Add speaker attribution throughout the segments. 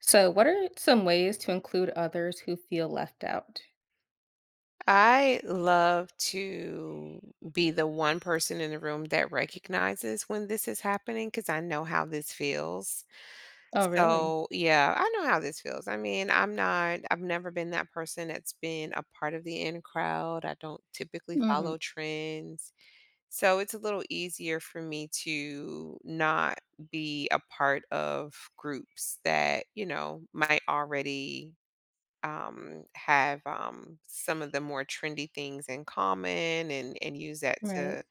Speaker 1: So, what are some ways to include others who feel left out?
Speaker 2: I love to be the one person in the room that recognizes when this is happening because I know how this feels.
Speaker 1: Oh, really?
Speaker 2: So, yeah, I know how this feels. I mean, I've never been that person that's been a part of the in crowd. I don't typically
Speaker 1: hmm
Speaker 2: follow trends. So, it's a little easier for me to not be a part of groups that, you know, might already have some of the more trendy things in common and use that
Speaker 1: Right.
Speaker 2: to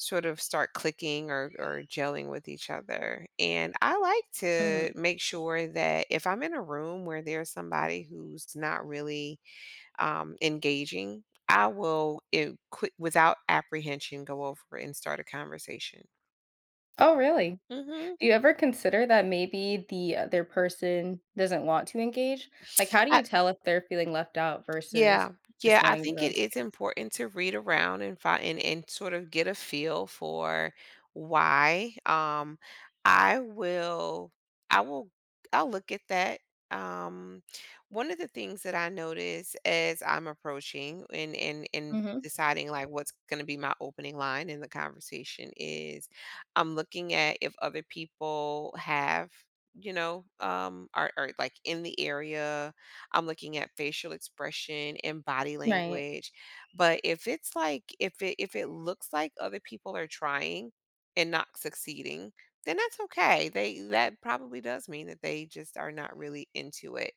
Speaker 2: sort of start clicking or gelling with each other. And I like to
Speaker 1: hmm
Speaker 2: make sure that if I'm in a room where there's somebody who's not really engaging, I will quick without apprehension go over and start a conversation.
Speaker 1: Oh, really?
Speaker 2: Hmm.
Speaker 1: Do you ever consider that maybe the other person doesn't want to engage? Like, how do you tell if they're feeling left out versus
Speaker 2: Yeah.
Speaker 1: just
Speaker 2: Yeah, I
Speaker 1: wanting
Speaker 2: think
Speaker 1: their own
Speaker 2: it is
Speaker 1: space?
Speaker 2: important to read around and find and sort of get a feel for why. I will I will I'll look at that. Um, one of the things that I notice as I'm approaching and
Speaker 1: hmm
Speaker 2: deciding like what's going to be my opening line in the conversation is I'm looking at if other people have are like in the area. I'm looking at facial expression and body
Speaker 1: Right.
Speaker 2: language. But if it looks like other people are trying and not succeeding, then that's okay. They that probably does mean that they just are not really into it.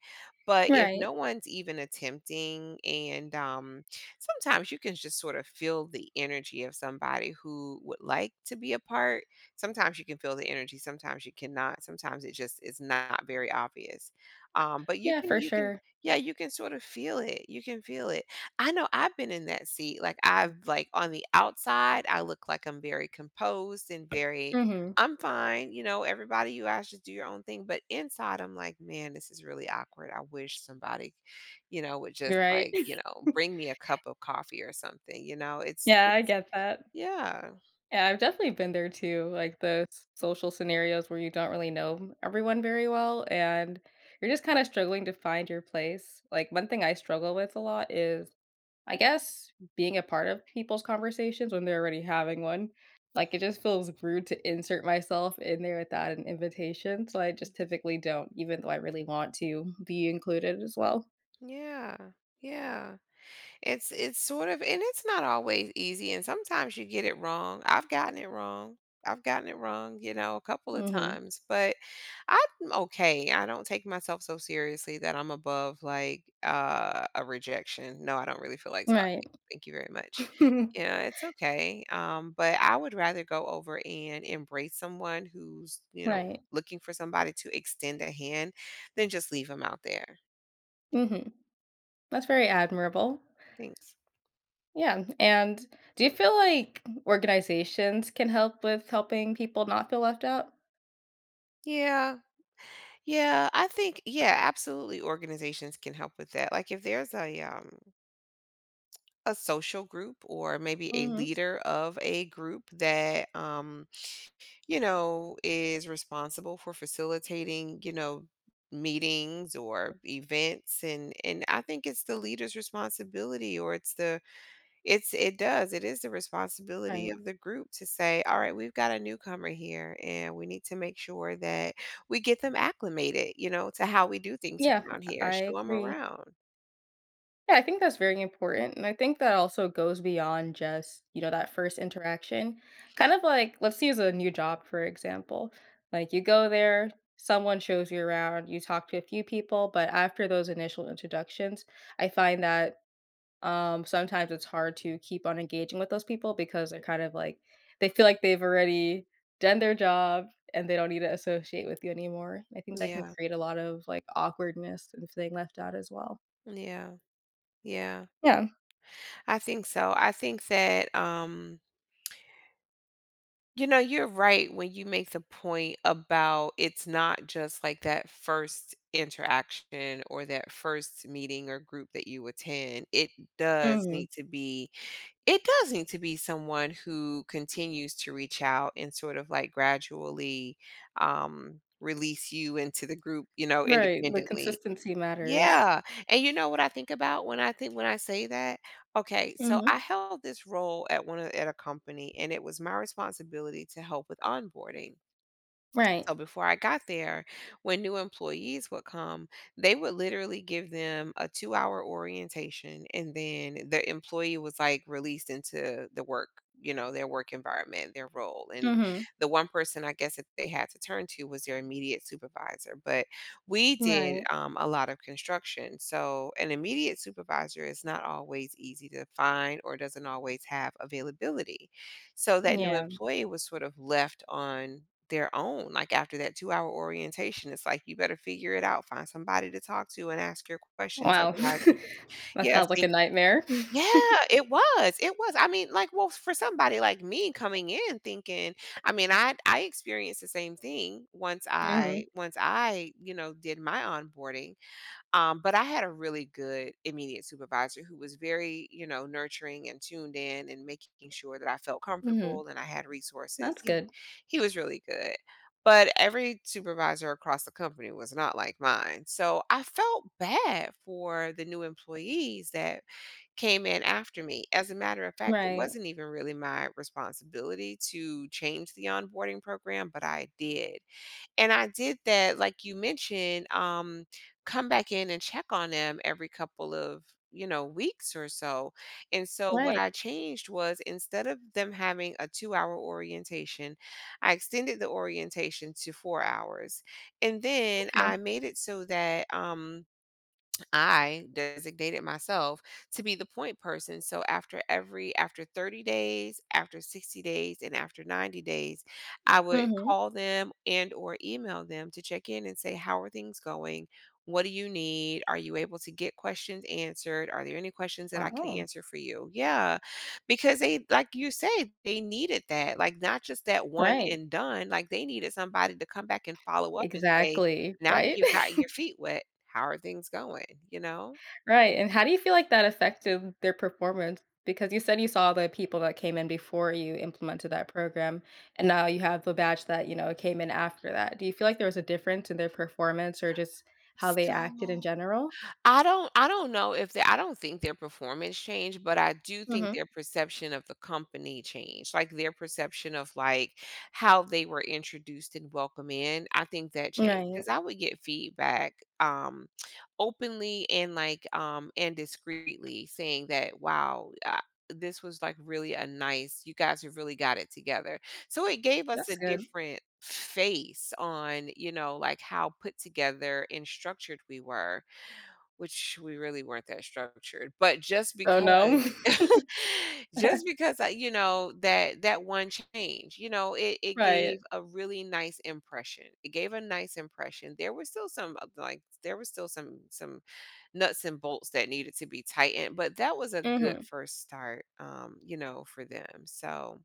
Speaker 2: But if
Speaker 1: Right.
Speaker 2: no one's even attempting and sometimes you can just sort of feel the energy of somebody who would like to be a part. Sometimes you can feel the energy, sometimes you cannot. Sometimes it just is not very obvious. But
Speaker 1: Yeah, for
Speaker 2: you can
Speaker 1: sure.
Speaker 2: yeah, you can sort of feel it. You can feel it. I know I've been in that seat. Like on the outside, I look like I'm very composed and very
Speaker 1: hmm
Speaker 2: I'm fine, you know, everybody you ask just do your own thing. But inside I'm like, man, this is really awkward. I wish somebody, would just
Speaker 1: Right.
Speaker 2: like, bring me a cup of coffee or something. You know,
Speaker 1: Yeah, I
Speaker 2: it's
Speaker 1: get that.
Speaker 2: yeah.
Speaker 1: Yeah, I've definitely been there too, like the social scenarios where you don't really know everyone very well and you're just kind of struggling to find your place. Like one thing I struggle with a lot is I guess being a part of people's conversations when they're already having one. Like it just feels rude to insert myself in there without an invitation, so I just typically don't, even though I really want to be included as well.
Speaker 2: Yeah. Yeah. It's sort of and it's not always easy, and sometimes you get it wrong. I've gotten it wrong. I've gotten it wrong, you know, a couple of
Speaker 1: Mhm.
Speaker 2: times, but I'm okay. I don't take myself so seriously that I'm above like a rejection. No, I don't really feel like
Speaker 1: Right.
Speaker 2: talking. Thank you very much. Yeah, it's okay. But I would rather go over and embrace someone who's, you know,
Speaker 1: Right.
Speaker 2: looking for somebody to extend a hand than just leave them out there.
Speaker 1: Mhm. That's very admirable.
Speaker 2: Thanks.
Speaker 1: Yeah, and do you feel like organizations can help with helping people not feel left out?
Speaker 2: Yeah, Yeah, I think yeah, absolutely organizations can help with that. Like if there's a social group or maybe a
Speaker 1: Mhm,
Speaker 2: leader of a group that is responsible for facilitating, you know, meetings or events and I think it's the leader's responsibility or it's the it's it does, it is the responsibility
Speaker 1: right.
Speaker 2: of the group to say, "All right, we've got a newcomer here, and we need to make sure that we get them acclimated, you know, to how we do things
Speaker 1: Yeah,
Speaker 2: around here.
Speaker 1: I
Speaker 2: Show them
Speaker 1: agree.
Speaker 2: around."
Speaker 1: Yeah, I think that's very important, and I think that also goes beyond just, that first interaction. Kind of like, let's use a new job, for example. Like, you go there, someone shows you around, you talk to a few people, but after those initial introductions, I find that sometimes it's hard to keep on engaging with those people because they're kind of like they feel like they've already done their job and they don't need to associate with you anymore. I think that can
Speaker 2: Yeah,
Speaker 1: create a lot of like awkwardness and feeling left out as well.
Speaker 2: yeah, yeah,
Speaker 1: Yeah.
Speaker 2: I think so. I think that, you know, you're right when you make the point about it's not just like that first interaction or that first meeting or group that you attend. it does
Speaker 1: Mhm.
Speaker 2: need to be It does need to be someone who continues to reach out and sort of like gradually, release you into the group, you know,
Speaker 1: Right. The
Speaker 2: independently.
Speaker 1: consistency matters.
Speaker 2: Yeah, and you know what I think about when I think when I say that? Okay, so
Speaker 1: Mhm.
Speaker 2: I held this role at one of at a company, and it was my responsibility to help with onboarding.
Speaker 1: Right.
Speaker 2: So before I got there, when new employees would come, they would literally give them a 2-hour orientation and then the employee was like released into the work, you know, their work environment, their role. And
Speaker 1: Mhm.
Speaker 2: the one person I guess that they had to turn to was their immediate supervisor. But we did
Speaker 1: Right.
Speaker 2: a lot of construction. So an immediate supervisor is not always easy to find or doesn't always have availability. So that new
Speaker 1: Yeah.
Speaker 2: employee was sort of left on their own. Like after that 2-hour orientation, it's like you better figure it out, find somebody to talk to and ask your questions.
Speaker 1: Wow.
Speaker 2: Otherwise, you're just,
Speaker 1: That
Speaker 2: yeah,
Speaker 1: sounds like a nightmare.
Speaker 2: yeah, it was. It was. I mean, like, well, for somebody like me coming in thinking, I mean, I experienced the same thing once
Speaker 1: Mhm.
Speaker 2: I, you know, did my onboarding, but I had a really good immediate supervisor who was very, you know, nurturing and tuned in and making sure that I felt
Speaker 1: Mhm.
Speaker 2: comfortable and I had resources.
Speaker 1: That's
Speaker 2: He
Speaker 1: good.
Speaker 2: he was really good. But every supervisor across the company was not like mine. So I felt bad for the new employees that came in after me. As a matter of fact, it
Speaker 1: Right.
Speaker 2: wasn't even really my responsibility to change the onboarding program, but I did. And I did that, like you mentioned, come back in and check on them every couple of, you know, weeks or so. And so what
Speaker 1: Right.
Speaker 2: I changed was instead of them having a 2-hour orientation, I extended the orientation to 4 hours. And then
Speaker 1: Okay.
Speaker 2: I made it so that I designated myself to be the point person. So after 30 days, after 60 days, and after 90 days, I would
Speaker 1: Mhm.
Speaker 2: call them and or email them to check in and say, "How are things going? What do you need? Are you able to get questions answered? Are there any questions that I can
Speaker 1: Wow.
Speaker 2: answer for you?" Yeah. Because they like you say, they needed that. Like not just that one
Speaker 1: Right.
Speaker 2: and done, like they needed somebody to come back and follow up and say,
Speaker 1: Exactly,
Speaker 2: "Now that
Speaker 1: right?
Speaker 2: you have gotten your feet wet, how are things going, you know?"
Speaker 1: Right, and how do you feel like that affected their performance? Because you said you saw the people that came in before you implemented that program, and now you have the batch that, you know, came in after that. Do you feel like there was a difference in their performance or just how they
Speaker 2: So,
Speaker 1: acted in general?
Speaker 2: I don't know if they I don't think their performance changed, but I do think
Speaker 1: Mhm.
Speaker 2: their perception of the company changed. Like their perception of like how they were introduced and welcome in. I think that changed
Speaker 1: Right.
Speaker 2: because I would get feedback um openly and like and discreetly, saying that wow, this was like really a nice, you guys have really got it together. So it gave us
Speaker 1: That's
Speaker 2: a
Speaker 1: good.
Speaker 2: different face on, you know, like how put together and structured we were, which we really weren't that structured. But just
Speaker 1: Oh,
Speaker 2: because
Speaker 1: no.
Speaker 2: just because I, you know, that one change, you know, it
Speaker 1: Right.
Speaker 2: gave a really nice impression. It gave a nice impression. There was still some nuts and bolts that needed to be tightened, but that was a good
Speaker 1: Mhm.
Speaker 2: first start, you know, for them. So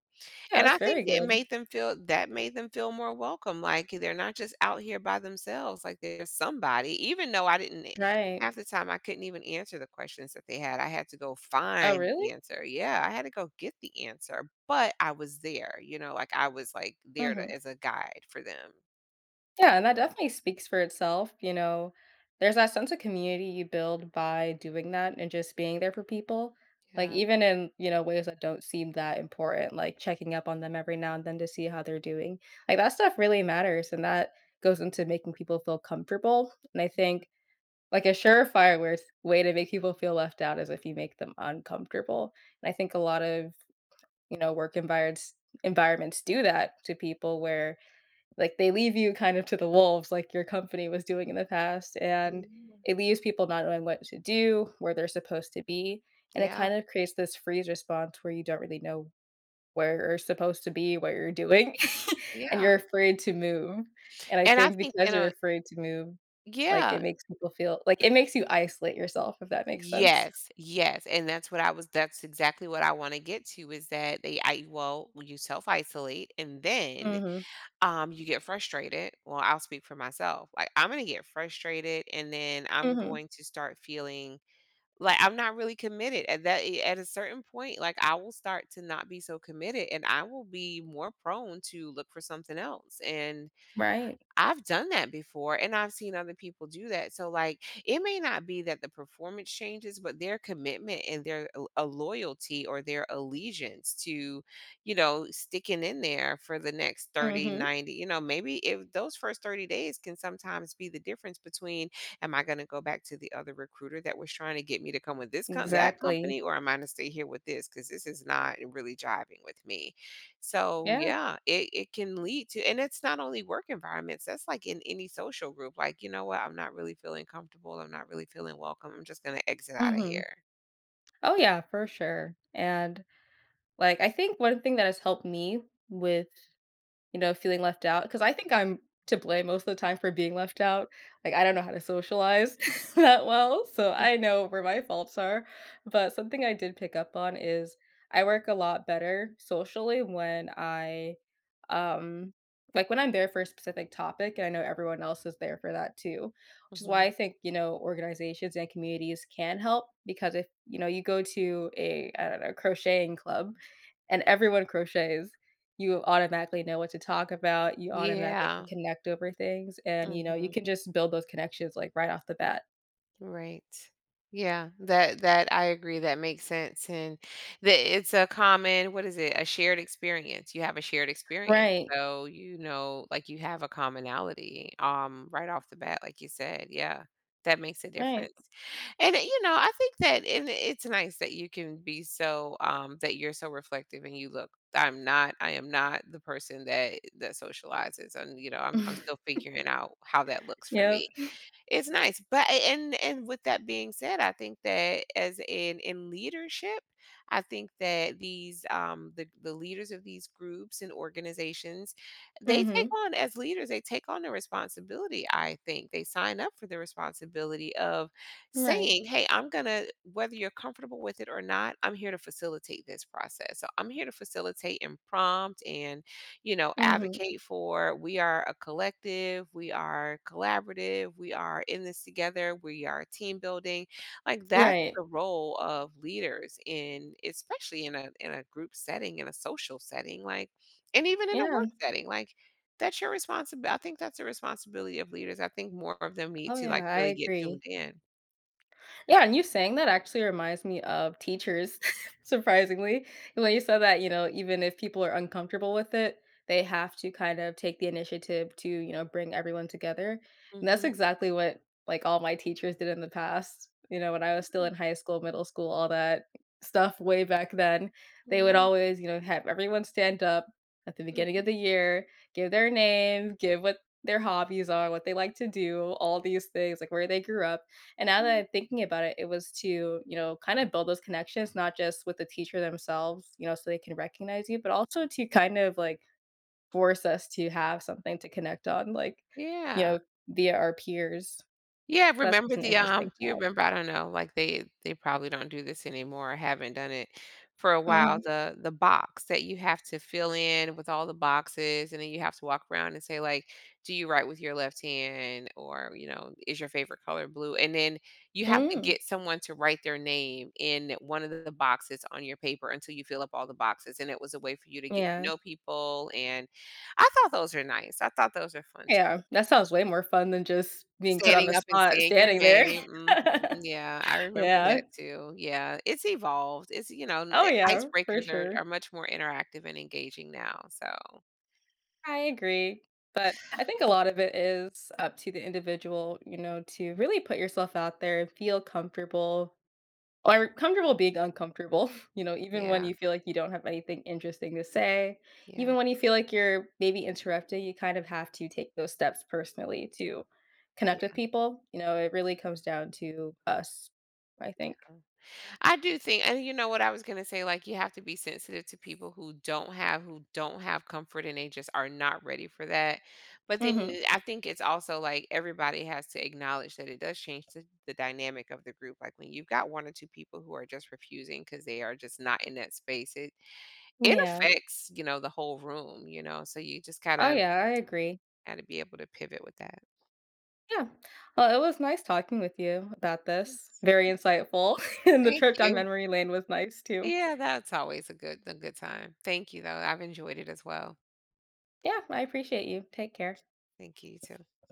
Speaker 1: Yeah,
Speaker 2: and
Speaker 1: that's
Speaker 2: I think
Speaker 1: very
Speaker 2: it
Speaker 1: good.
Speaker 2: made them feel, more welcome, like, they're not just out here by themselves, like, there's somebody, even though I didn't,
Speaker 1: Right.
Speaker 2: half the time, I couldn't even answer the questions that they had, I had to go
Speaker 1: Oh,
Speaker 2: find
Speaker 1: really?
Speaker 2: the answer. Yeah, I had to go get the answer, but I was there, you know, like, I was, like, there to
Speaker 1: Mhm.
Speaker 2: as a guide for them.
Speaker 1: Yeah, and that definitely speaks for itself. There's that sense of community you build by doing that and just being there for people. Like
Speaker 2: Yeah.
Speaker 1: even in, you know, ways that don't seem that important, like checking up on them every now and then to see how they're doing. Like that stuff really matters and that goes into making people feel comfortable. And I think like a surefire where way to make people feel left out is if you make them uncomfortable. And I think a lot of, you know, work environments environments do that to people where like, they leave you kind of to the wolves like your company was doing in the past, and
Speaker 2: Yeah.
Speaker 1: it leaves people not knowing what to do, where they're supposed to be, and it
Speaker 2: Yeah.
Speaker 1: kind of creates this freeze response where you don't really know where you're supposed to be, what you're doing, and
Speaker 2: Yeah.
Speaker 1: you're afraid to move, and I
Speaker 2: And I
Speaker 1: think
Speaker 2: think
Speaker 1: because
Speaker 2: you
Speaker 1: you're
Speaker 2: know.
Speaker 1: afraid to move, it
Speaker 2: Yeah.
Speaker 1: makes people feel like, it makes you isolate yourself, if that makes sense.
Speaker 2: Yes, yes, and that's exactly what I wanna get to is that, they I well, you self-isolate and then,
Speaker 1: Mhm,
Speaker 2: you get frustrated. Well, I'll speak for myself. Like, I'm gonna get frustrated and then I'm
Speaker 1: mhm,
Speaker 2: going to start feeling like I'm not really committed. At a certain point, like, I will start to not be so committed and I will be more prone to look for something else, and
Speaker 1: right,
Speaker 2: I've done that before and I've seen other people do that. So, like, it may not be that the performance changes, but their commitment and their, a loyalty or their allegiance to, you know, sticking in there for the next 30,
Speaker 1: mhm,
Speaker 2: 90. You know, maybe if those first 30 days can sometimes be the difference between am I going to go back to the other recruiter that was trying to get me to come with this that
Speaker 1: exactly,
Speaker 2: company or am I going to stay here with this, cuz this is not really jiving with me. So
Speaker 1: yeah,
Speaker 2: yeah, it can lead to, and it's not only work environments, that's like in any social group. Like, you know what, I'm not really feeling comfortable. I'm not really feeling welcome. I'm just gonna exit out of
Speaker 1: mhm.
Speaker 2: here.
Speaker 1: Oh, yeah, for sure, and like, I think one thing that has helped me with, you know, feeling left out, because I think I'm to blame most of the time for being left out. Like, I don't know how to socialize that well, so I know where my faults are. But something I did pick up on is I work a lot better socially when um, like, when I'm there for a specific topic and I know everyone else is there for that too, which is why
Speaker 2: Hmm.
Speaker 1: I think, you know, organizations and communities can help because if, you know, you go to a, I don't know, crocheting club and everyone crochets, you automatically know what to talk about, you automatically can
Speaker 2: Yeah.
Speaker 1: connect over things, and, you know, you
Speaker 2: Hmm.
Speaker 1: can just build those connections, like, right off the bat.
Speaker 2: Right. Yeah, that I agree, that makes sense, and that it's a common, what is it? A shared experience. You have a shared experience,
Speaker 1: Right,
Speaker 2: so, you know, like, you have a commonality, right off the bat, like you said, yeah, that makes a
Speaker 1: right.
Speaker 2: difference, and, you know, I think that and it's nice that you can be so, that you're so reflective, and you look, I am not the person that socializes, and, you know, I'm still figuring out how that looks for
Speaker 1: Yep.
Speaker 2: me. It's nice, but and with that being said, I think that as in leadership, I think that these, the leaders of these groups and organizations,
Speaker 1: Mhm.
Speaker 2: they take on the responsibility, I think. They sign up for the responsibility of
Speaker 1: Right.
Speaker 2: saying, "Hey, I'm gonna whether you're comfortable with it or not, I'm here to facilitate this process. So I'm here to facilitate and prompt and, you know,
Speaker 1: Mhm.
Speaker 2: advocate for. We are a collective, we are collaborative, we are in this together, we are team building." Like that's
Speaker 1: Right.
Speaker 2: the role of leaders, in especially in a group setting, in a social setting, like, and even in a
Speaker 1: Yeah.
Speaker 2: work setting. Like that's your responsibility. I think that's the responsibility of leaders. I think more of them need
Speaker 1: Oh,
Speaker 2: to,
Speaker 1: yeah,
Speaker 2: like,
Speaker 1: I
Speaker 2: really get
Speaker 1: agree.
Speaker 2: tuned in.
Speaker 1: Yeah, and you saying that actually reminds me of teachers, surprisingly. When you said that, you know, even if people are uncomfortable with it, they have to kind of take the initiative to, you know, bring everyone together. And that's
Speaker 2: Mhm.
Speaker 1: exactly what like all my teachers did in the past. You know, when I was still in
Speaker 2: Mm.
Speaker 1: high school, middle school, all that stuff way back then, they
Speaker 2: Yeah.
Speaker 1: would always, you know, have everyone stand up at the beginning of the
Speaker 2: Mhm.
Speaker 1: year, give their name, give what their hobbies are, what they like to do, all these things, like where they grew up, and now that
Speaker 2: Mm.
Speaker 1: I'm thinking about it, it was to, you know, kind of build those connections, not just with the teacher themselves, you know, so they can recognize you, but also to kind of like force us to have something to connect on, like, you
Speaker 2: Yeah.
Speaker 1: know, via our peers.
Speaker 2: Yeah,
Speaker 1: That's just an interesting
Speaker 2: do you
Speaker 1: thought.
Speaker 2: remember, I don't know, like, they probably don't do this anymore or haven't done it for a while,
Speaker 1: Mm.
Speaker 2: the box that you have to fill in with all the boxes, and then you have to walk around and say, like, "Do you write with your left hand?" Or, you know, "Is your favorite color blue?" And then you have to
Speaker 1: Mm.
Speaker 2: get someone to write their name in one of the boxes on your paper until you fill up all the boxes, and it was a way for you to get to
Speaker 1: Yeah.
Speaker 2: know people, and I thought those are nice. I thought those are fun.
Speaker 1: Yeah. That sounds way more fun than just being put on the
Speaker 2: Standing up and
Speaker 1: spot
Speaker 2: saying your
Speaker 1: standing there.
Speaker 2: name, mhm, yeah, I remember
Speaker 1: Yeah.
Speaker 2: that too, yeah, it's evolved, it's, you know, n
Speaker 1: Oh, yeah, for
Speaker 2: icebreakers are
Speaker 1: sure.
Speaker 2: are much more interactive and engaging now, so,
Speaker 1: I agree. But I think a lot of it is up to the individual, you know, to really put yourself out there and feel comfortable or comfortable being uncomfortable, you know, even when
Speaker 2: yeah,
Speaker 1: you feel like you don't have anything interesting to say,
Speaker 2: yeah,
Speaker 1: even when you feel like you're maybe interrupted, you kind of have to take those steps personally to connect with
Speaker 2: yeah.
Speaker 1: people. You know, it really comes down to us, I think.
Speaker 2: I do think, and you know what I was gonna say, like, you have to be sensitive to people who don't have comfort and they just are not ready for that. But then,
Speaker 1: hmm
Speaker 2: I think it's also like everybody has to acknowledge that it does change the dynamic of the group. Like when you've got one or two people who are just refusing because they are just not in that space, it
Speaker 1: Yeah.
Speaker 2: affects, you know, the whole room, you know. So you just
Speaker 1: Oh,
Speaker 2: kinda
Speaker 1: yeah, I agree.
Speaker 2: gotta be able to pivot with that.
Speaker 1: Yeah. Well, it was nice talking with you about this.
Speaker 2: Thanks.
Speaker 1: Very insightful. And the
Speaker 2: Thank
Speaker 1: trip down
Speaker 2: you.
Speaker 1: memory lane was nice too.
Speaker 2: Yeah, that's always a good time. Thank you though. I've enjoyed it as well.
Speaker 1: Yeah, I appreciate you. Take care.
Speaker 2: Thank you. You too.